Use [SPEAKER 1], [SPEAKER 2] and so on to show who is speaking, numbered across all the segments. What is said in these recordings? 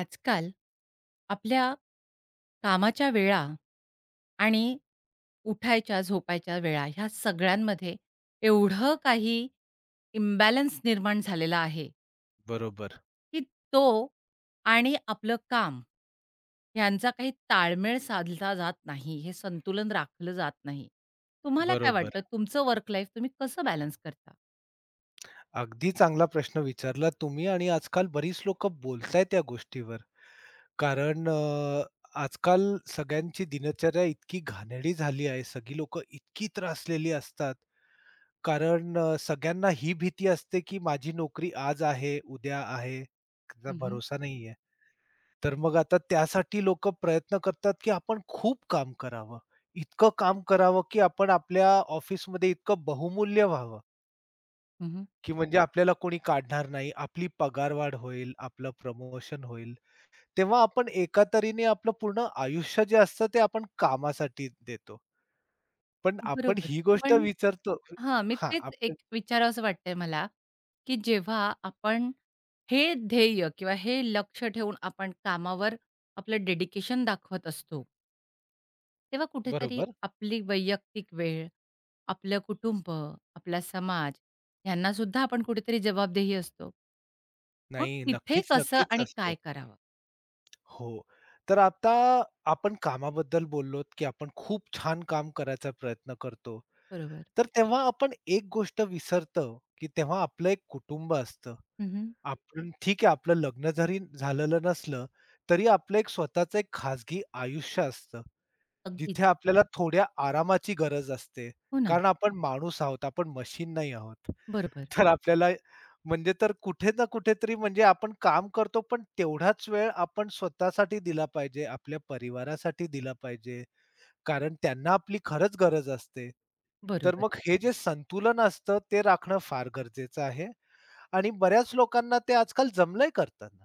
[SPEAKER 1] आजकाल आपल्या कामाच्या वेळा आणि उठायच्या, झोपायच्या वेळा ह्या सगळ्यांमध्ये एवढं काही इम्बॅलन्स निर्माण झालेला आहे,
[SPEAKER 2] बरोबर,
[SPEAKER 1] की तो आणि आपलं काम यांचा काही ताळमेळ साधला जात नाही. हे संतुलन राखलं जात नाही. तुम्हाला काय
[SPEAKER 2] बरोबर.
[SPEAKER 1] वाटतं तुमचं वर्क लाईफ तुम्ही कसं बॅलन्स करता?
[SPEAKER 2] अगदी चांगला प्रश्न विचारला तुम्ही आणि आजकाल बरीच लोकं बोलतायत या गोष्टीवर. कारण अ, आजकाल सगळ्यांची दिनचर्या इतकी घाणेरडी झाली आहे. सगळी लोक इतकी त्रासलेली असतात. सगळ्यांना ही भीती असते, की माझी नोकरी आज आहे, उद्या आहे, त्याचा
[SPEAKER 1] हं, हं.
[SPEAKER 2] भरोसा नाहीये. तर मग आता त्यासाठी लोकं प्रयत्न करतात, की आपण खूप काम करावं. इतकं काम करावं, की आपण आपल्या ऑफिसमध्ये इतकं बहुमूल्य व्हावं. की म्हणजे आपल्याला कोणी काढणार नाही. आपली पगारवाढ होईल, आपलं प्रमोशन होईल. तेव्हा आपण एका तऱ्हेने आपलं पूर्ण आयुष्य जे असतं ते आपण कामासाठी देतो. पण आपण
[SPEAKER 1] बरोबर.
[SPEAKER 2] ही गोष्ट
[SPEAKER 1] पण
[SPEAKER 2] विसरतो.
[SPEAKER 1] हां, मी
[SPEAKER 2] हां,
[SPEAKER 1] तेच एक विचारावसं वाटतंय मला, की जेव्हा आपण हे ध्येय किंवा हे लक्ष ठेवून आपण कामावर आपलं डेडिकेशन दाखवत असतो, तेव्हा कुठेतरी
[SPEAKER 2] बरोबर.
[SPEAKER 1] आपली वैयक्तिक वेळ, आपलं कुटुंब, आपला समाज यांनासुद्धा आपण कुठेतरी जबाबदेही असतो. मग
[SPEAKER 2] नाही,
[SPEAKER 1] तिथे
[SPEAKER 2] नक्कीच,
[SPEAKER 1] कसं
[SPEAKER 2] नक्कीच
[SPEAKER 1] आणि
[SPEAKER 2] असतो.
[SPEAKER 1] काय करावं?
[SPEAKER 2] हो. तर आता आपण कामाबद्दल बोललोत, की आपण खूप छान काम करायचा प्रयत्न करतो.
[SPEAKER 1] बरोबर.
[SPEAKER 2] तर तेव्हा आपण एक गोष्ट विसरतो, की तेव्हा आपलं एक कुटुंब असतं.
[SPEAKER 1] हं, हं.
[SPEAKER 2] आपण ठीक आहे आपलं लग्न जरी झालेलं नसलं, तरी आपलं एक स्वतःचं एक खाजगी आयुष्य असतं.
[SPEAKER 1] अगदीच.
[SPEAKER 2] जिथे आपल्याला थोड्या आरामाची गरज असते.
[SPEAKER 1] हो ना.
[SPEAKER 2] कारण आपण माणूस आहोत, आपण मशीन नाही आहोत.
[SPEAKER 1] बरोबर,
[SPEAKER 2] तर आपल्याला म्हणजे तर कुठे ना कुठेतरी म्हणजे आपण काम करतो, पण तेवढाच वेळ आपण स्वतःसाठी दिला पाहिजे, आपल्या परिवारासाठी दिला पाहिजे. कारण त्यांना आपली खरंच गरज असते. तर
[SPEAKER 1] बरोबर.
[SPEAKER 2] मग हे जे संतुलन असतं, ते राखणं फार गरजेचं आहे. आणि बऱ्याच लोकांना ते आजकाल जमलंय करताना.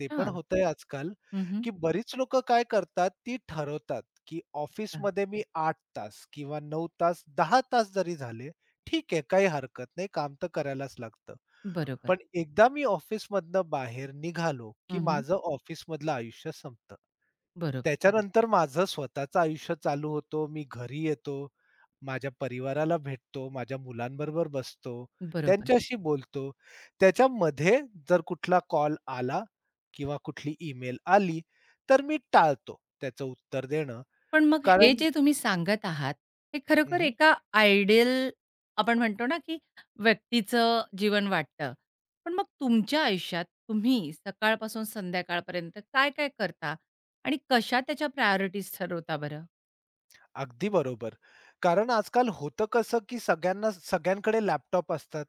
[SPEAKER 2] ते पण होतंय आजकाल,
[SPEAKER 1] हं, हं.
[SPEAKER 2] की बरीच लोकं काय करतात, ती ठरवतात, की
[SPEAKER 1] अच्छा.
[SPEAKER 2] ऑफिसमध्ये मी 8 तास किंवा 9 तास, 10 तास जरी झाले, ठीक आहे, काही हरकत नाही, काम तर करायलाच लागतं.
[SPEAKER 1] बरोबर.
[SPEAKER 2] पण एकदा मी ऑफिसमधनं बाहेर निघालो, की
[SPEAKER 1] हं, हं.
[SPEAKER 2] माझं ऑफिसमधलं आयुष्य संपतं. बरं.
[SPEAKER 1] बरोबर,
[SPEAKER 2] त्याच्यानंतर माझं स्वतःचं आयुष्य चालू होतो. मी घरी येतो, माझ्या परिवाराला भेटतो, माझ्या मुलांबरोबर बसतो,
[SPEAKER 1] बरोबर.
[SPEAKER 2] त्यांच्याशी बोलतो. त्याच्यामध्ये जर कुठला कॉल आला किंवा कुठली ईमेल आली, तर मी टाळतो त्याचं उत्तर देणं.
[SPEAKER 1] पण मग हे
[SPEAKER 2] कारण
[SPEAKER 1] जे तुम्ही सांगत आहात, हे खरोखर एका आयडियल आपण म्हणतो ना, की व्यक्तीचं जीवन वाटतं. पण मग तुमच्या आयुष्यात तुम्ही सकाळपासून संध्याकाळपर्यंत काय-काय करता आणि कशा त्याच्या प्रायोरिटीज ठरवता बरं?
[SPEAKER 2] अगदी बरोबर. कारण आजकाल होतं कसं, की सगळ्यांना सगळ्यांकडे लॅपटॉप असतात.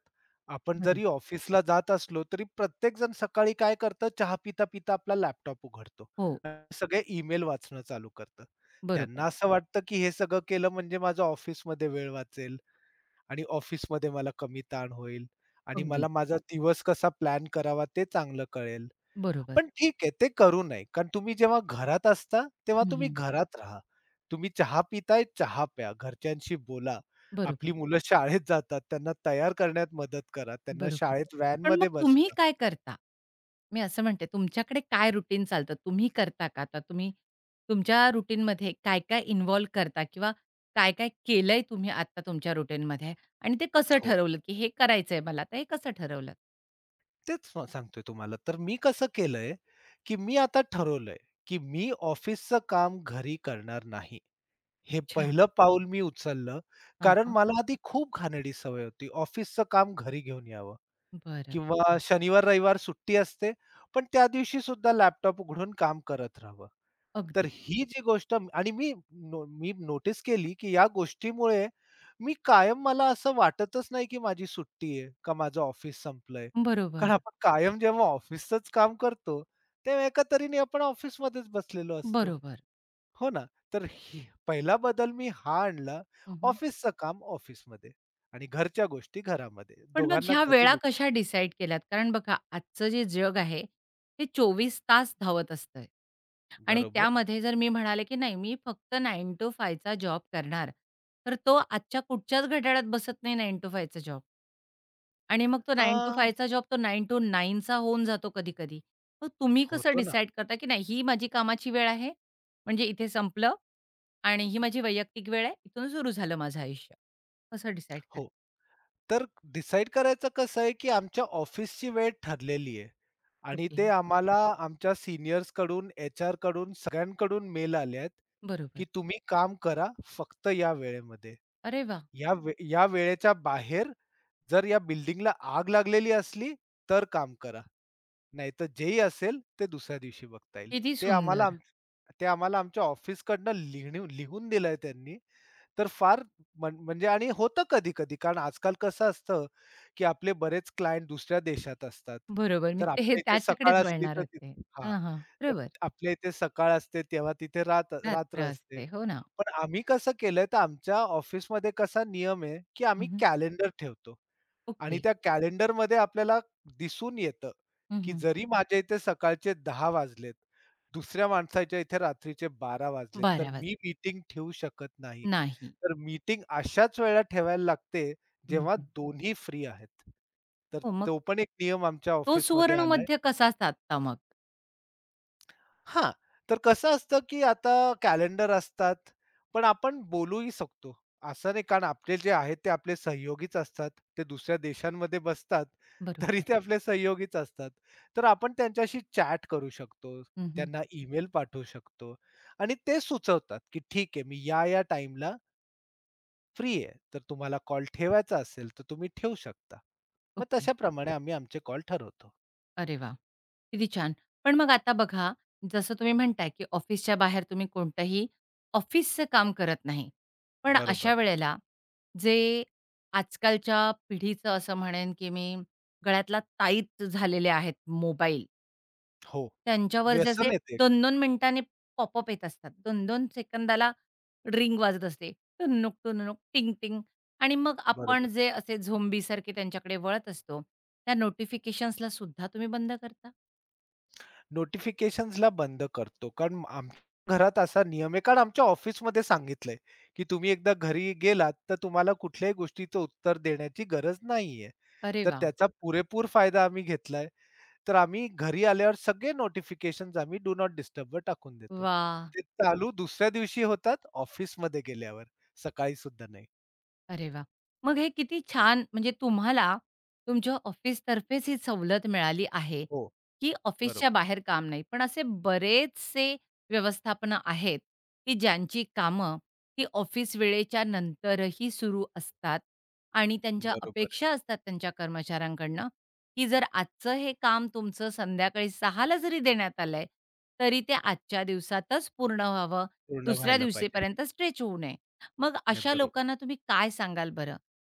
[SPEAKER 2] आपण जरी
[SPEAKER 1] बरोबर.
[SPEAKER 2] ऑफिसला जात असलो, तरी प्रत्येकजण सकाळी काय करतं, चहा पिता-पिता आपला लॅपटॉप उघडतो.
[SPEAKER 1] हो,
[SPEAKER 2] आणि सगळे ईमेल वाचणं चालू करतं. त्यांना
[SPEAKER 1] बरोबर.
[SPEAKER 2] असं वाटतं, की हे सगळं केलं म्हणजे माझं ऑफिसमध्ये वेळ वाचेल आणि ऑफिसमध्ये मला कमी ताण होईल आणि
[SPEAKER 1] अगदी.
[SPEAKER 2] मला माझा दिवस कसा प्लॅन करावा ते चांगलं कळेल.
[SPEAKER 1] बरोबर.
[SPEAKER 2] पण ठीक आहे, ते करू नये. कारण तुम्ही जेव्हा घरात असता, तेव्हा तुम्ही
[SPEAKER 1] हं,
[SPEAKER 2] घरात राहा. तुम्ही चहा पिताय, चहा प्या. घरच्यांशी बोला. आपली
[SPEAKER 1] बरोबर.
[SPEAKER 2] मुलं शाळेत जातात, त्यांना तयार करण्यात मदत करा. त्यांना
[SPEAKER 1] बरोबर.
[SPEAKER 2] शाळेत
[SPEAKER 1] पण
[SPEAKER 2] व्हॅनमध्ये
[SPEAKER 1] मग तुम्ही
[SPEAKER 2] बसवा.
[SPEAKER 1] काय करता? मी असं म्हणते तुमच्याकडे काय रुटीन चालतं? तुम्ही करता का? आता तुम्ही तुमच्या रुटीनमध्ये काय-काय इन्व्हॉल्व करता किंवा काय-काय केलंय तुम्ही आत्ता तुमच्या रुटीनमध्ये आणि ते कसं
[SPEAKER 2] हो.
[SPEAKER 1] ठरवलं, की हे करायचंय मला, तर हे कसं ठरवलं?
[SPEAKER 2] तेच सांगतोय तुम्हाला. तर मी कसं केलंय, की मी आता ठरवलंय, की मी ऑफिसचं काम घरी करणार नाही. हे
[SPEAKER 1] अच्छा.
[SPEAKER 2] पहिलं पाऊल मी उचललं.
[SPEAKER 1] हां,
[SPEAKER 2] कारण
[SPEAKER 1] हां.
[SPEAKER 2] मला आधी खूप घाणेरडी सवय होती, ऑफिसचं काम घरी घेऊन यावं.
[SPEAKER 1] बरं.
[SPEAKER 2] किंवा शनिवार, रविवार सुट्टी असते. पण त्या दिवशी सुद्धा लॅपटॉप उघडून काम करत राहावं. तर
[SPEAKER 1] अगदी.
[SPEAKER 2] ही जी गोष्ट आणि मी नोटीस केली, की या गोष्टीमुळे मी कायम मला असं वाटतच नाही, की माझी सुट्टी आहे का माझं ऑफिस संपलंय.
[SPEAKER 1] बरोबर.
[SPEAKER 2] कारण आपण कायम जेव्हा ऑफिसचंच काम करतो, तेव्हा एका तऱ्हेने आपण ऑफिसमध्येच बसलेलो असतो.
[SPEAKER 1] बरोबर.
[SPEAKER 2] हो ना? तर ही पहिला बदल मी हा आणला, ऑफिसचं काम ऑफिसमध्ये आणि घरच्या गोष्टी घरामध्ये.
[SPEAKER 1] पण मग
[SPEAKER 2] दोघांना
[SPEAKER 1] ह्या
[SPEAKER 2] कधी
[SPEAKER 1] वेळा
[SPEAKER 2] मी
[SPEAKER 1] कशा डिसाईड केल्यात? कारण बघा आजचं जे जग आहे, ते चोवीस तास धावत असतंय आणि
[SPEAKER 2] बरोबर.
[SPEAKER 1] त्यामध्ये जर मी म्हणाले, की नाही मी फक्त 9 to 5 चा जॉब करणार, तर तो आजच्या कुठच्याच घड्याळात बसत नाही 9 to 5 चा जॉब आणि मग तो
[SPEAKER 2] अ
[SPEAKER 1] 9 to 5 चा जॉब तो 9 to 9 होऊन जातो कधी-कधी. मग तुम्ही कसं
[SPEAKER 2] होतो ना.
[SPEAKER 1] डिसाईड करता, की नाही ही माझी कामाची वेळ आहे, म्हणजे इथे संपलं आणि ही माझी वैयक्तिक वेळ आहे, इथून सुरू झालं माझं आयुष्य. कसं डिसाईड करता?
[SPEAKER 2] हो. तर डिसाईड करायचं कसं आहे, की आमच्या ऑफिसची वेळ ठरलेली आहे आणि
[SPEAKER 1] ओके.
[SPEAKER 2] ते आम्हाला आमच्या सीनियर्सकडून, एचआरकडून, सगळ्यांकडून मेल आले आहेत, की
[SPEAKER 1] बरोबर.
[SPEAKER 2] तुम्ही काम करा फक्त या वेळेमध्ये.
[SPEAKER 1] अरे वाह!
[SPEAKER 2] या वेळेच्या बाहेर जर या बिल्डिंगला आग लागलेली असली, तर काम करा. नाहीतर जेही असेल ते दुसऱ्या दिवशी बघता येईल.
[SPEAKER 1] किती
[SPEAKER 2] ते आम्हाला
[SPEAKER 1] सुंदर.
[SPEAKER 2] आम ते आम्हाला आमच्या ऑफिसकडनं लिहून दिलंय त्यांनी. तर फार म्हणजे आणि होतं कधी-कधी कारण आजकाल कसं असतं, की आपले बरेच क्लायंट दुसऱ्या देशात असतात.
[SPEAKER 1] बरोबर. मी
[SPEAKER 2] तर
[SPEAKER 1] ते हे
[SPEAKER 2] आपल्या इथे सकाळ
[SPEAKER 1] त्याच्याकडेच
[SPEAKER 2] असली
[SPEAKER 1] वळणार
[SPEAKER 2] तर
[SPEAKER 1] होते.
[SPEAKER 2] तिथे हां,
[SPEAKER 1] हां, हां.
[SPEAKER 2] तर
[SPEAKER 1] बरोबर.
[SPEAKER 2] आपल्या इथे सकाळ असते तेव्हा तिथे
[SPEAKER 1] रात्र
[SPEAKER 2] रात्र असते.
[SPEAKER 1] असते. हो ना.
[SPEAKER 2] पण आम्ही कसं केलंय तर आमच्या ऑफिसमध्ये कसा नियम आहे, की
[SPEAKER 1] हं,
[SPEAKER 2] आम्ही
[SPEAKER 1] हं.
[SPEAKER 2] कॅलेंडर ठेवतो. आणि
[SPEAKER 1] ओके.
[SPEAKER 2] त्या कॅलेंडरमध्ये आपल्याला दिसून येतं,
[SPEAKER 1] हं,
[SPEAKER 2] की
[SPEAKER 1] हं.
[SPEAKER 2] जरी माझ्या इथे सकाळचे 10 वाजलेत, दुसऱ्या माणसाच्या इथे रात्रीचे 12 वाजलेत, तर
[SPEAKER 1] 12
[SPEAKER 2] मी
[SPEAKER 1] वाजता.
[SPEAKER 2] मीटिंग ठेवू शकत नाही.
[SPEAKER 1] नाही.
[SPEAKER 2] तर मीटिंग अशाच वेळेला ठेवायला लागते,
[SPEAKER 1] हं,
[SPEAKER 2] जेव्हा
[SPEAKER 1] हं.
[SPEAKER 2] दोन्ही फ्री आहेत. तर
[SPEAKER 1] हो, मग
[SPEAKER 2] तो पण एक नियम आमच्या
[SPEAKER 1] तो
[SPEAKER 2] ऑफिसमध्ये आलाय.
[SPEAKER 1] सुवर्णमध्य कसा साधता मग?
[SPEAKER 2] हां, तर कसं असतं, की आता कॅलेंडर असतात, पण आपण बोलूही शकतो. असं नाही कारण आपले जे आहेत ते आपले सहयोगीच असतात. ते दुसऱ्या देशांमध्ये बसतात, तरी
[SPEAKER 1] बरोबर.
[SPEAKER 2] ते आपले सहयोगीच असतात. तर आपण त्यांच्याशी चॅट करू शकतो,
[SPEAKER 1] हं, हं.
[SPEAKER 2] त्यांना ईमेल पाठवू शकतो आणि ते सुचवतात, की ठीक आहे मी या-या टाईमला फ्री आहे. तर तुम्हाला कॉल ठेवायचा असेल, तर तुम्ही ठेवू शकता. मग
[SPEAKER 1] ओके.
[SPEAKER 2] तशाप्रमाणे आम्ही आमचे कॉल ठरवतो.
[SPEAKER 1] अरे वाह! किती छान. पण मग आता बघा, जसं तुम्ही म्हणताय, की ऑफिसच्या बाहेर तुम्ही कोणतंही ऑफिसचं काम करत नाही. पण अशा
[SPEAKER 2] बरोबर.
[SPEAKER 1] वेळेला जे आजकालच्या पिढीचं असं म्हणेन, की मी गळ्यातला ताईत झालेले आहेत मोबाईल,
[SPEAKER 2] हो,
[SPEAKER 1] त्यांच्यावर जे असे
[SPEAKER 2] व्यसन येते एक.
[SPEAKER 1] 2 मिनिटांनी पॉपअप येत असतात. 2-2 सेकंदाला रिंग वाजत असते. टुनुक, टुनुक, टिंग, टिंग आणि मग आपण
[SPEAKER 2] बरोबर.
[SPEAKER 1] जे असे झोंबीसारखे त्यांच्याकडे वळत असतो, त्या नोटिफिकेशन्सला सुद्धा तुम्ही बंद करता?
[SPEAKER 2] नोटिफिकेशन्सला बंद करतो. कारण आमच्या घरात असा नियम आहे कारण आमच्या ऑफिसमध्ये सांगितलंय, की तुम्ही एकदा घरी गेलात, तर तुम्हाला कुठल्याही गोष्टीचं उत्तर देण्याची गरज नाहीये.
[SPEAKER 1] अरे
[SPEAKER 2] तर
[SPEAKER 1] वा,
[SPEAKER 2] त्याचा पुरेपूर फायदा आम्ही घेतलाय. तर आम्ही घरी आल्यावर सगळे नोटिफिकेशन्स आम्ही डू नॉट डिस्टर्बवर टाकून देतो.
[SPEAKER 1] वा,
[SPEAKER 2] ते चालू दुसऱ्या दिवशी होतात ऑफिसमध्ये गेल्यावर, सकाळी सुद्धा नाही.
[SPEAKER 1] अरे वा, मग हे किती छान म्हणजे तुम्हाला तुमच्या ऑफिसतर्फेच ही सवलत मिळाली आहे,
[SPEAKER 2] हो,
[SPEAKER 1] की ऑफिसच्या
[SPEAKER 2] बरोबर.
[SPEAKER 1] बाहेर काम नाही. पण असे बरेचसे व्यवस्थापनं आहेत, की ज्यांची कामं ही ऑफिस वेळेच्या नंतरही सुरू असतात आणि त्यांच्या
[SPEAKER 2] बरोबर आहे.
[SPEAKER 1] अपेक्षा असतात त्यांच्या कर्मचाऱ्यांकडनं, की जर आजचं हे काम तुमचं संध्याकाळी 6:00ला जरी देण्यात आलंय, तरी ते आजच्या दिवसातच पूर्ण व्हावं,
[SPEAKER 2] पूर्ण
[SPEAKER 1] दुसऱ्या
[SPEAKER 2] व्हायला पाहिजे.
[SPEAKER 1] दिवशीपर्यंत स्ट्रेच होऊ नये. मग
[SPEAKER 2] नाही
[SPEAKER 1] अशा
[SPEAKER 2] बरोबर.
[SPEAKER 1] लोकांना तुम्ही काय सांगाल बरं?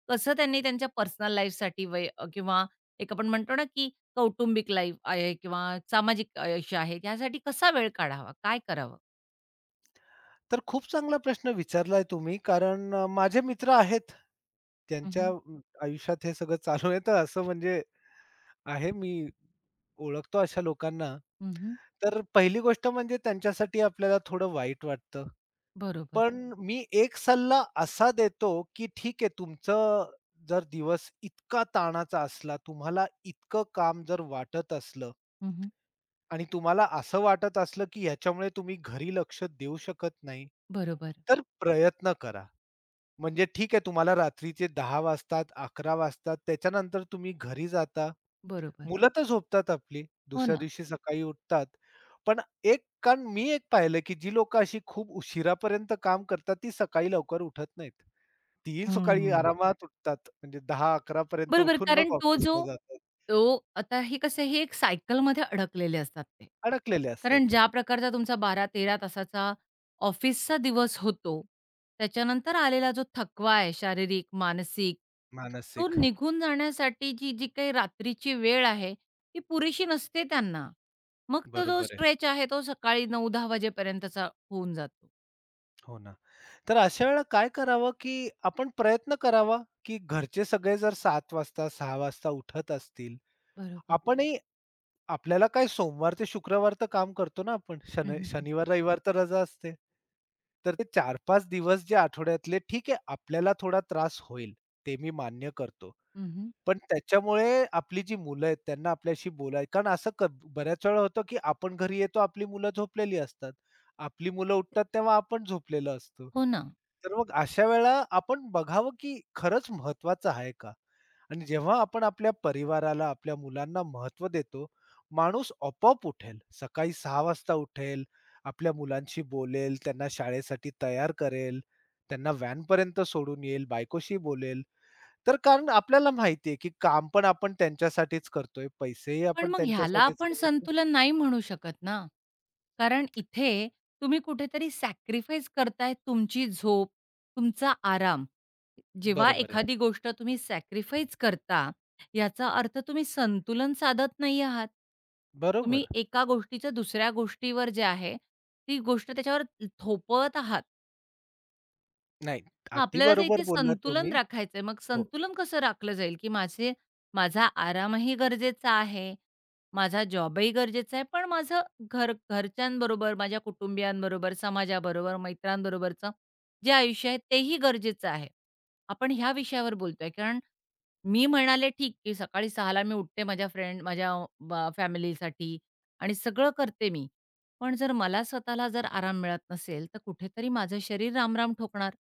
[SPEAKER 1] कसं त्यांनी त्यांच्या पर्सनल लाईफसाठी किंवा एक आपण म्हणतो ना, की कौटुंबिक लाईफ आहे किंवा सामाजिक आयुष्य आहे, यासाठी कसा वेळ काढावा? काय करावं?
[SPEAKER 2] तर खूप चांगला प्रश्न विचारलाय तुम्ही. माझे मित्र आहेत.
[SPEAKER 1] हं,
[SPEAKER 2] त्यांच्या
[SPEAKER 1] हं.
[SPEAKER 2] आयुष्यात हे सगळं चालू आहे. तर असं म्हणजे आहे मी ओळखतो अशा लोकांना. तर पहिली गोष्ट म्हणजे त्यांच्यासाठी आपल्याला थोडं वाईट वाटतं.
[SPEAKER 1] बरोबर.
[SPEAKER 2] पण मी एक सल्ला असा देतो, की ठीक आहे तुमचं जर दिवस इतका ताणाचा असला, तुम्हाला इतकं काम जर वाटत असलं
[SPEAKER 1] हं,
[SPEAKER 2] आणि तुम्हाला असं वाटत असलं, की ह्याच्यामुळे तुम्ही घरी लक्ष देऊ शकत नाही,
[SPEAKER 1] बरोबर,
[SPEAKER 2] तर प्रयत्न करा. म्हणजे ठीक आहे तुम्हाला रात्रीचे 10 वाजतात, 11 वाजतात, त्याच्यानंतर तुम्ही घरी जाता.
[SPEAKER 1] बरोबर.
[SPEAKER 2] मुलं तर झोपतात आपली,
[SPEAKER 1] हो
[SPEAKER 2] दुसऱ्या
[SPEAKER 1] ना.
[SPEAKER 2] दिवशी सकाळी उठतात. पण एक कारण मी एक पाहिलं, की जी लोकं अशी खूप उशिरापर्यंत काम करतात, ती सकाळी लवकर उठत नाहीत. ती सकाळी
[SPEAKER 1] हं.
[SPEAKER 2] आरामात उठतात. म्हणजे 10-11 पर्यंत
[SPEAKER 1] बरोबर.
[SPEAKER 2] उठून मग
[SPEAKER 1] कारण तो जो
[SPEAKER 2] ऑफिसला जातात.
[SPEAKER 1] तो आता हे कसं हे एक सायकलमध्ये अडकलेले असतात ते.
[SPEAKER 2] अडकलेले
[SPEAKER 1] कारण
[SPEAKER 2] असतात
[SPEAKER 1] ज्या प्रकारचा तुमचा 12-13 तासाचा ऑफिसचा दिवस होतो, त्याच्यानंतर आलेला जो थकवा आहे शारीरिक, मानसिक, तो
[SPEAKER 2] मानसिक.
[SPEAKER 1] निघून जाण्यासाठीची जी जी काही रात्रीची वेळ आहे, ती पुरेशी नसते त्यांना. मग तो जो
[SPEAKER 2] बरोबर आहे.
[SPEAKER 1] स्ट्रेच आहे तो सकाळी 9-10 वाजेपर्यंतचा होऊन जातो.
[SPEAKER 2] हो ना. तर अशा वेळेला काय करावं, की आपण प्रयत्न करावा, की घरचे सगळे जर 7 वाजता, 6 वाजता उठत असतील,
[SPEAKER 1] बरोबर.
[SPEAKER 2] आपणही आपल्याला काय सोमवार ते शुक्रवार तर काम करतो ना आपण.
[SPEAKER 1] हं, हं, हं.
[SPEAKER 2] शनिवार, रविवार तर रजा असते. तर ते 4-5 दिवस जे आठवड्यातले ठीक आहे, आपल्याला थोडा त्रास होईल, ते मी मान्य करतो. पण त्याच्यामुळे आपली जी मुलं आहेत त्यांना आपल्याशी बोलाय कारण असं क बऱ्याच वेळा होतं, की आपण घरी येतो आपली मुलं झोपलेली असतात. आपली मुलं उठतात तेव्हा आपण झोपलेलो असतो.
[SPEAKER 1] हो ना.
[SPEAKER 2] तर मग अशा वेळेला आपण बघावं, की खरंच महत्वाचं आहे का? आणि जेव्हा आपण आपल्या परिवाराला, आपल्या मुलांना महत्त्व देतो, माणूस आपोआप उठेल. सकाळी 6:00 वाजता उठेल, आपल्या मुलांशी बोलेल, त्यांना शाळेसाठी तयार करेल, त्यांना व्हॅनपर्यंत सोडून येईल, बायकोशी बोलेल. तर कारण आपल्याला माहिती आहे, की काम पण आपण त्यांच्यासाठीच करतोय, पैसेही
[SPEAKER 1] पण
[SPEAKER 2] आपण
[SPEAKER 1] मग ह्याला
[SPEAKER 2] त्यांच्यासाठीच
[SPEAKER 1] आपण
[SPEAKER 2] कमवतोय.
[SPEAKER 1] संतुलन नाही म्हणू शकत ना. कारण इथे तुम्ही कुठेतरी सॅक्रिफाईस करताय तुमची झोप, तुमचा आराम. जेव्हा
[SPEAKER 2] बरोबर आहे.
[SPEAKER 1] एखादी गोष्ट तुम्ही सॅक्रिफाईस करता, याचा अर्थ तुम्ही संतुलन साधत नाही आहात. तुम्ही
[SPEAKER 2] बरोबर.
[SPEAKER 1] एका गोष्टीच्या दुसऱ्या गोष्टीवर जे आहे, ती गोष्ट त्याच्यावर थोपवत आहात.
[SPEAKER 2] नाही,
[SPEAKER 1] मग
[SPEAKER 2] अगदी
[SPEAKER 1] आपल्याला तर
[SPEAKER 2] बरोबर
[SPEAKER 1] इथे
[SPEAKER 2] बोललात
[SPEAKER 1] संतुलन
[SPEAKER 2] तुम्ही.
[SPEAKER 1] राखायचंय. मग
[SPEAKER 2] हो,
[SPEAKER 1] संतुलन कसं राखलं जाईल, की माझे माझा आरामही गरजेचा आहे, माझा जॉबही गरजेचा आहे, पण माझं घर घरच्यांबरोबर, माझ्या कुटुंबियांबरोबर, समाजाबरोबर, मित्रांबरोबरचं जे आयुष्य आहे तेही गरजेचं आहे. आपण ह्या विषयावर बोलतोय. कारण मी म्हणाले ठीक, की सकाळी 6:00ला मी उठते माझ्या फ्रेंड माझ्या फॅमिलीसाठी आणि सगळं करते मी. पण जर मला स्वतःला जर आराम मिळत नसेल, तर कुठेतरी माझं शरीर रामराम ठोकणार.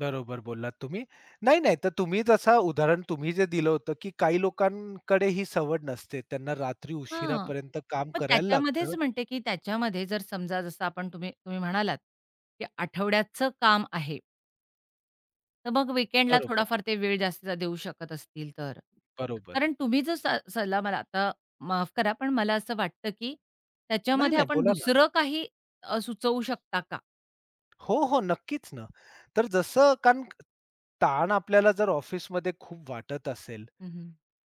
[SPEAKER 2] बरोबर बोललात तुम्ही. नाही, नाही, तर तुम्ही जसं उदाहरण तुम्ही जे दिलं होतं, की काही लोकांकडे ही सवड नसते. त्यांना रात्री
[SPEAKER 1] हां.
[SPEAKER 2] उशिरापर्यंत काम
[SPEAKER 1] मग
[SPEAKER 2] करायला लागतं.
[SPEAKER 1] त्याच्यामध्येच म्हणते, की त्याच्यामध्ये जर समजा जसं आपण तुम्ही तुम्ही म्हणालात, की आठवड्याचं काम आहे, तर मग वीकेंडला
[SPEAKER 2] बरोबर,
[SPEAKER 1] थोडाफार ते वेळ जास्तीचा देऊ शकत असतील तर.
[SPEAKER 2] बरोबर.
[SPEAKER 1] कारण तुम्ही जो सल्ला मला आता माफ करा, पण मला असं वाटतं, की
[SPEAKER 2] नाही,
[SPEAKER 1] त्याच्यामध्ये
[SPEAKER 2] नाही,
[SPEAKER 1] आपण
[SPEAKER 2] बोला ना.
[SPEAKER 1] दुसरं काही सुचवू शकता का?
[SPEAKER 2] हो, हो. नक्कीच ना. तर जसं कारण ताण आपल्याला जर ऑफिसमध्ये खूप वाटत असेल,
[SPEAKER 1] हं, हं.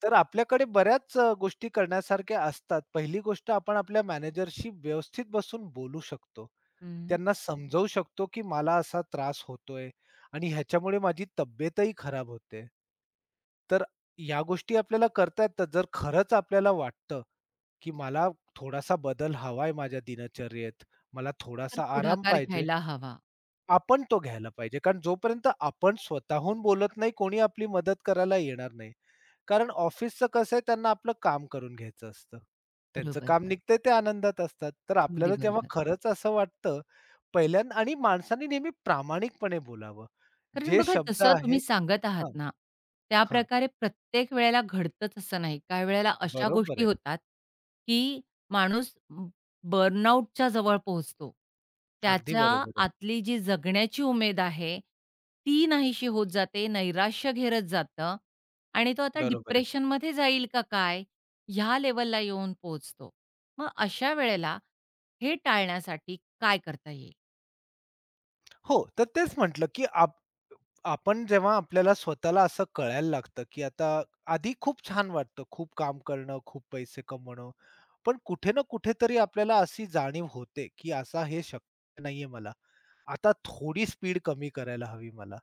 [SPEAKER 2] तर आपल्याकडे बऱ्याच गोष्टी करण्यासारख्या असतात. पहिली गोष्ट आपण आपल्या मॅनेजरशी व्यवस्थित बसून बोलू शकतो.
[SPEAKER 1] हं.
[SPEAKER 2] त्यांना समजवू शकतो, की मला असा त्रास होतोय आणि ह्याच्यामुळे माझी तब्येतही खराब होते. तर या गोष्टी आपल्याला करता येतात. जर खरंच आपल्याला वाटतं, की मला थोडासा बदल हवाय माझ्या दिनचर्येत, मला
[SPEAKER 1] तर
[SPEAKER 2] थोडासा आराम
[SPEAKER 1] पुढाकार
[SPEAKER 2] पाहिजे,
[SPEAKER 1] घ्यायला हवा.
[SPEAKER 2] आपण तो घ्यायला पाहिजे. कारण जोपर्यंत आपण स्वतःहून बोलत नाही, कोणी आपली मदत करायला येणार नाही. कारण ऑफिसचं कसं आहे त्यांना आपलं काम करून घ्यायचं असतं. त्यांचं
[SPEAKER 1] बरोबर.
[SPEAKER 2] काम निघतंय ते आनंदात असतात. तर
[SPEAKER 1] अगदी
[SPEAKER 2] आपल्याला जेव्हा
[SPEAKER 1] बरोबर.
[SPEAKER 2] खरंच असं वाटतं पहिल्यांदा आणि माणसाने नेहमी प्रामाणिकपणे बोलावं.
[SPEAKER 1] कारण
[SPEAKER 2] जे
[SPEAKER 1] बघा
[SPEAKER 2] शब्द
[SPEAKER 1] जसं
[SPEAKER 2] आहेत
[SPEAKER 1] तुम्ही सांगत आहात
[SPEAKER 2] हां,
[SPEAKER 1] ना,
[SPEAKER 2] हां.
[SPEAKER 1] त्याप्रकारे प्रत्येक वेळेला घडतंच असं नाही. काही वेळेला अशा
[SPEAKER 2] बरोबर
[SPEAKER 1] गोष्टी
[SPEAKER 2] आहे.
[SPEAKER 1] होतात, की माणूस बर्नआउटच्या जवळ पोहोचतो.
[SPEAKER 2] अगदी
[SPEAKER 1] त्याच्या
[SPEAKER 2] बरोबर आहे.
[SPEAKER 1] आतली जी जगण्याची उमेद आहे, ती नाहीशी होत जाते, नैराश्य घेरत जातं आणि तो आता
[SPEAKER 2] बरोबर आहे.
[SPEAKER 1] डिप्रेशनमध्ये जाईल का काय? ह्या लेव्हलला येऊन पोहोचतो. मग अशा वेळेला हे टाळण्यासाठी काय करता येईल?
[SPEAKER 2] हो, तर तेच म्हटलं, की आपण जेव्हा आपल्याला स्वतःला असं कळायला लागतं, की आता आधी खूप छान वाटतं, खूप काम करणं, खूप पैसे कमवणं. पण कुठे ना कुठेतरी आपल्याला अशी जाणीव होते, की असा हे शक्य नाहीये मला. आता थोडी स्पीड कमी करायला हवी मला.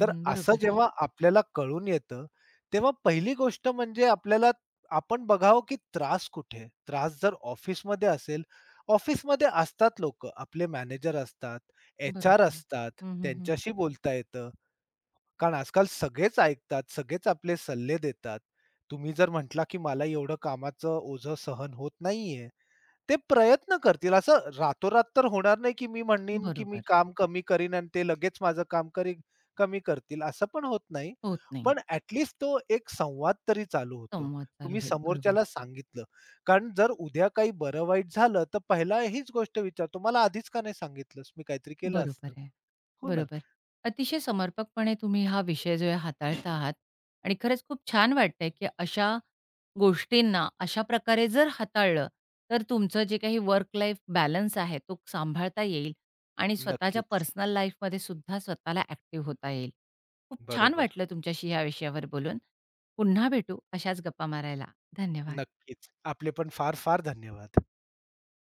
[SPEAKER 2] तर असं
[SPEAKER 1] बरोबर,
[SPEAKER 2] जेव्हा आपल्याला कळून येतं, तेव्हा पहिली गोष्ट म्हणजे आपल्याला आपण बघावं की त्रास कुठे आहे? त्रास जर ऑफिसमध्ये असेल, ऑफिसमध्ये असतात लोकं. आपले मॅनेजर असतात, HR
[SPEAKER 1] बरोबर.
[SPEAKER 2] असतात,
[SPEAKER 1] हं, हं,
[SPEAKER 2] त्यांच्याशी बोलता येतं. कारण आजकाल सगळेच ऐकतात, सगळेच आपले सल्ले देतात. तुम्ही जर म्हटला, की "मला एवढं कामाचं ओझं सहन होत नाहीये." ते प्रयत्न करतील. असं रातोरात तर होणार नाही, की मी म्हणेन, की मी
[SPEAKER 1] बरोबर.
[SPEAKER 2] काम कमी करीन आणि ते लगेच माझं काम करीन कमी करतील, असं पण होत नाही.
[SPEAKER 1] होत नाही.
[SPEAKER 2] पण तो एक संवाद तरी चालू होतो.
[SPEAKER 1] संवाद चालू
[SPEAKER 2] तुम्ही
[SPEAKER 1] होईल. बरोबर.
[SPEAKER 2] समोरच्याला सांगितलं. कारण जर उद्या काही बरं वाईट झालं, तर पहिला हीच गोष्ट विचारतो, "मला आधीच का नाही सांगितलंस? मी काहीतरी केलं
[SPEAKER 1] बरोबर
[SPEAKER 2] असतं."
[SPEAKER 1] आहे.
[SPEAKER 2] हो ना.
[SPEAKER 1] बरोबर. अतिशय समर्पकपणे तुम्ही हा विषय जो आहे हाताळता आहात आणि खरंच खूप छान वाटतंय, की अशा गोष्टींना अशा प्रकारे जर हाताळलं, तर तुमचं जे काही वर्क लाईफ बॅलन्स आहे तो सांभाळता येईल आणि स्वतःच्या
[SPEAKER 2] नक्कीच.
[SPEAKER 1] पर्सनल लाईफमध्ये सुद्धा स्वतःला ॲक्टिव्ह होता येईल. खूप छान
[SPEAKER 2] बरोबर.
[SPEAKER 1] वाटलं तुमच्याशी ह्या विषयावर बोलून. पुन्हा भेटू अशाच गप्पा मारायला. धन्यवाद.
[SPEAKER 2] नक्कीच. आपले पण फार-फार धन्यवाद.